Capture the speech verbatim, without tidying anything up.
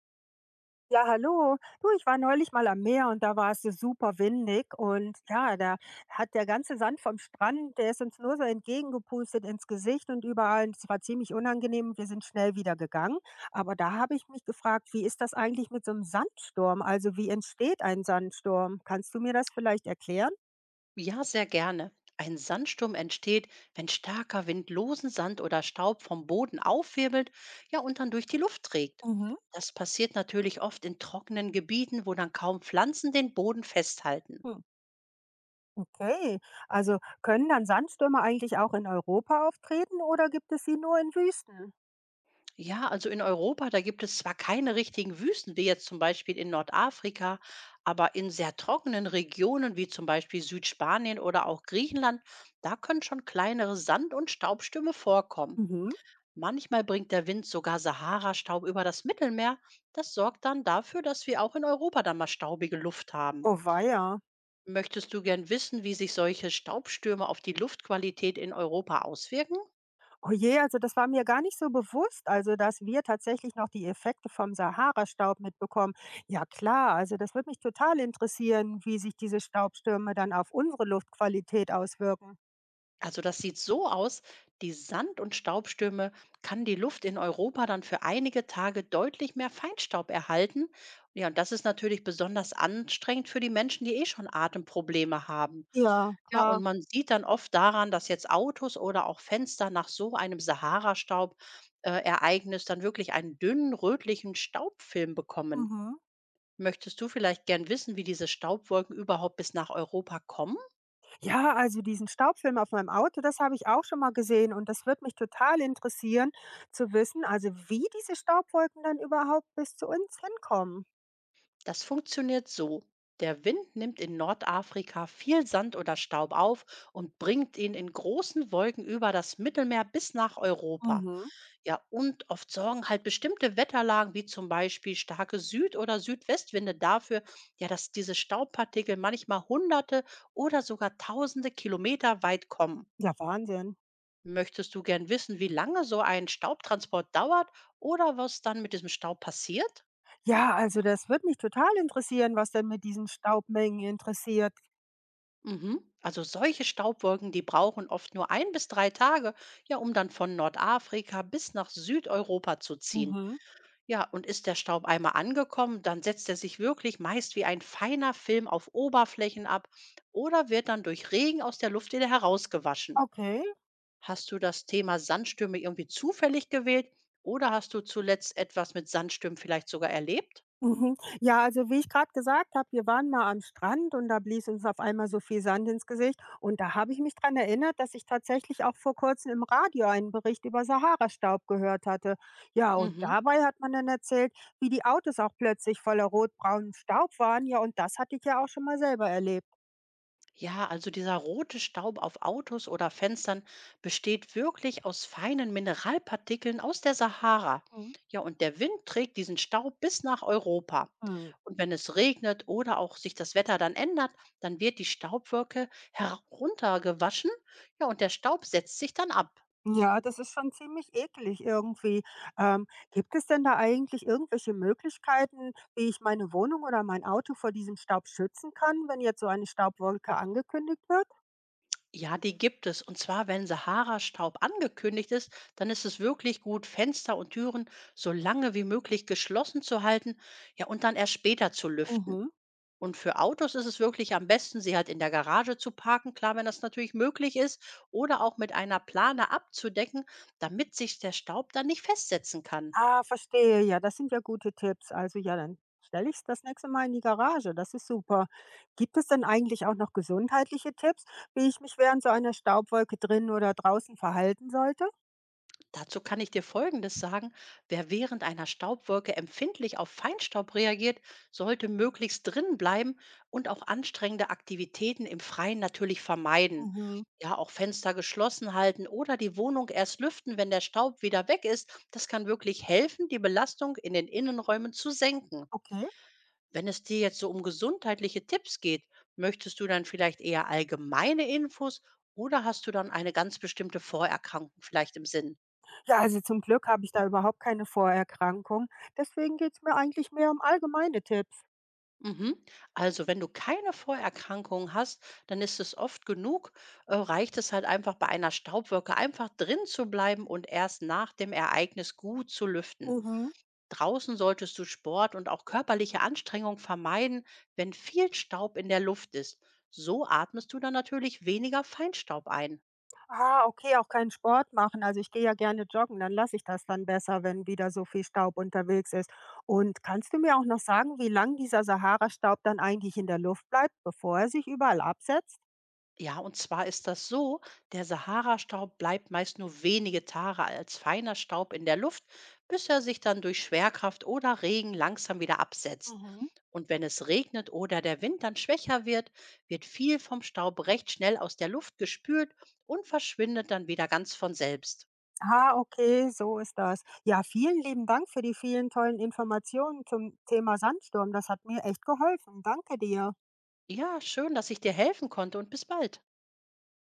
Ja, hallo. Du, ich war neulich mal am Meer und da war es so super windig und ja, da hat der ganze Sand vom Strand, der ist uns nur so entgegengepustet ins Gesicht und überall. Und Es war ziemlich unangenehm. Wir sind schnell wieder gegangen. Aber da habe ich mich gefragt, wie ist das eigentlich mit so einem Sandsturm? Also wie entsteht ein Sandsturm? Kannst du mir das vielleicht erklären? Ja, sehr gerne. Ein Sandsturm entsteht, wenn starker Wind losen Sand oder Staub vom Boden aufwirbelt, ja und dann durch die Luft trägt. Mhm. Das passiert natürlich oft in trockenen Gebieten, wo dann kaum Pflanzen den Boden festhalten. Hm. Okay. Also können dann Sandstürme eigentlich auch in Europa auftreten oder gibt es sie nur in Wüsten? Ja, also in Europa, da gibt es zwar keine richtigen Wüsten, wie jetzt zum Beispiel in Nordafrika, aber in sehr trockenen Regionen, wie zum Beispiel Südspanien oder auch Griechenland, da können schon kleinere Sand- und Staubstürme vorkommen. Mhm. Manchmal bringt der Wind sogar Sahara-Staub über das Mittelmeer. Das sorgt dann dafür, dass wir auch in Europa dann mal staubige Luft haben. Oh weia. Möchtest du gern wissen, wie sich solche Staubstürme auf die Luftqualität in Europa auswirken? Oh je, also das war mir gar nicht so bewusst, also dass wir tatsächlich noch die Effekte vom Sahara-Staub mitbekommen. Ja klar, also das würde mich total interessieren, wie sich diese Staubstürme dann auf unsere Luftqualität auswirken. Also das sieht so aus, die Sand- und Staubstürme kann die Luft in Europa dann für einige Tage deutlich mehr Feinstaub erhalten. Ja, und das ist natürlich besonders anstrengend für die Menschen, die eh schon Atemprobleme haben. Ja, Ja, und klar. man sieht dann oft daran, dass jetzt Autos oder auch Fenster nach so einem Sahara-Staub-Ereignis dann wirklich einen dünnen rötlichen Staubfilm bekommen. Mhm. Möchtest du vielleicht gern wissen, wie diese Staubwolken überhaupt bis nach Europa kommen? Ja, also diesen Staubfilm auf meinem Auto, das habe ich auch schon mal gesehen und das würde mich total interessieren zu wissen, also wie diese Staubwolken dann überhaupt bis zu uns hinkommen. Das funktioniert so. Der Wind nimmt in Nordafrika viel Sand oder Staub auf und bringt ihn in großen Wolken über das Mittelmeer bis nach Europa. Mhm. Ja, und oft sorgen halt bestimmte Wetterlagen, wie zum Beispiel starke Süd- oder Südwestwinde dafür, ja, dass diese Staubpartikel manchmal hunderte oder sogar tausende Kilometer weit kommen. Ja, Wahnsinn. Möchtest du gern wissen, wie lange so ein Staubtransport dauert oder was dann mit diesem Staub passiert? Ja, also das würde mich total interessieren, was denn mit diesen Staubmengen interessiert. Mhm. Also solche Staubwolken, die brauchen oft nur ein bis drei Tage, ja, um dann von Nordafrika bis nach Südeuropa zu ziehen. Mhm. Ja, und ist der Staub einmal angekommen, dann setzt er sich wirklich meist wie ein feiner Film auf Oberflächen ab oder wird dann durch Regen aus der Luft wieder herausgewaschen. Okay. Hast du das Thema Sandstürme irgendwie zufällig gewählt oder hast du zuletzt etwas mit Sandstürmen vielleicht sogar erlebt? Mhm. Ja, also wie ich gerade gesagt habe, wir waren mal am Strand und da blies uns auf einmal so viel Sand ins Gesicht. Und da habe ich mich daran erinnert, dass ich tatsächlich auch vor kurzem im Radio einen Bericht über Sahara-Staub gehört hatte. Ja, und Mhm. dabei hat man dann erzählt, wie die Autos auch plötzlich voller rotbraunen Staub waren. Ja, und das hatte ich ja auch schon mal selber erlebt. Ja, also dieser rote Staub auf Autos oder Fenstern besteht wirklich aus feinen Mineralpartikeln aus der Sahara. Mhm. Ja, und der Wind trägt diesen Staub bis nach Europa. Mhm. Und wenn es regnet oder auch sich das Wetter dann ändert, dann wird die Staubwolke heruntergewaschen. Ja, und der Staub setzt sich dann ab. Ja, das ist schon ziemlich eklig irgendwie. Ähm, gibt es denn da eigentlich irgendwelche Möglichkeiten, wie ich meine Wohnung oder mein Auto vor diesem Staub schützen kann, wenn jetzt so eine Staubwolke angekündigt wird? Ja, die gibt es. Und zwar, wenn Sahara-Staub angekündigt ist, dann ist es wirklich gut, Fenster und Türen so lange wie möglich geschlossen zu halten, ja, und dann erst später zu lüften. Mhm. Und für Autos ist es wirklich am besten, sie halt in der Garage zu parken, klar, wenn das natürlich möglich ist, oder auch mit einer Plane abzudecken, damit sich der Staub dann nicht festsetzen kann. Ah, verstehe. Ja, das sind ja gute Tipps. Also ja, dann stelle ich es das nächste Mal in die Garage. Das ist super. Gibt es denn eigentlich auch noch gesundheitliche Tipps, wie ich mich während so einer Staubwolke drin oder draußen verhalten sollte? Dazu kann ich dir Folgendes sagen. Wer während einer Staubwolke empfindlich auf Feinstaub reagiert, sollte möglichst drinnen bleiben und auch anstrengende Aktivitäten im Freien natürlich vermeiden. Mhm. Ja, auch Fenster geschlossen halten oder die Wohnung erst lüften, wenn der Staub wieder weg ist. Das kann wirklich helfen, die Belastung in den Innenräumen zu senken. Okay. Wenn es dir jetzt so um gesundheitliche Tipps geht, möchtest du dann vielleicht eher allgemeine Infos oder hast du dann eine ganz bestimmte Vorerkrankung vielleicht im Sinn? Ja, also zum Glück habe ich da überhaupt keine Vorerkrankung. Deswegen geht's mir eigentlich mehr um allgemeine Tipps. Mhm. Also wenn du keine Vorerkrankungen hast, dann ist es oft genug, äh, reicht es halt einfach bei einer Staubwolke einfach drin zu bleiben und erst nach dem Ereignis gut zu lüften. Mhm. Draußen solltest du Sport und auch körperliche Anstrengung vermeiden, wenn viel Staub in der Luft ist. So atmest du dann natürlich weniger Feinstaub ein. Ah, okay, auch keinen Sport machen. Also ich gehe ja gerne joggen, dann lasse ich das dann besser, wenn wieder so viel Staub unterwegs ist. Und kannst du mir auch noch sagen, wie lange dieser Sahara-Staub dann eigentlich in der Luft bleibt, bevor er sich überall absetzt? Ja, und zwar ist das so, der Sahara-Staub bleibt meist nur wenige Tage als feiner Staub in der Luft, bis er sich dann durch Schwerkraft oder Regen langsam wieder absetzt. Mhm. Und wenn es regnet oder der Wind dann schwächer wird, wird viel vom Staub recht schnell aus der Luft gespült und verschwindet dann wieder ganz von selbst. Ah, okay, so ist das. Ja, vielen lieben Dank für die vielen tollen Informationen zum Thema Sandsturm. Das hat mir echt geholfen. Danke dir. Ja, schön, dass ich dir helfen konnte und bis bald.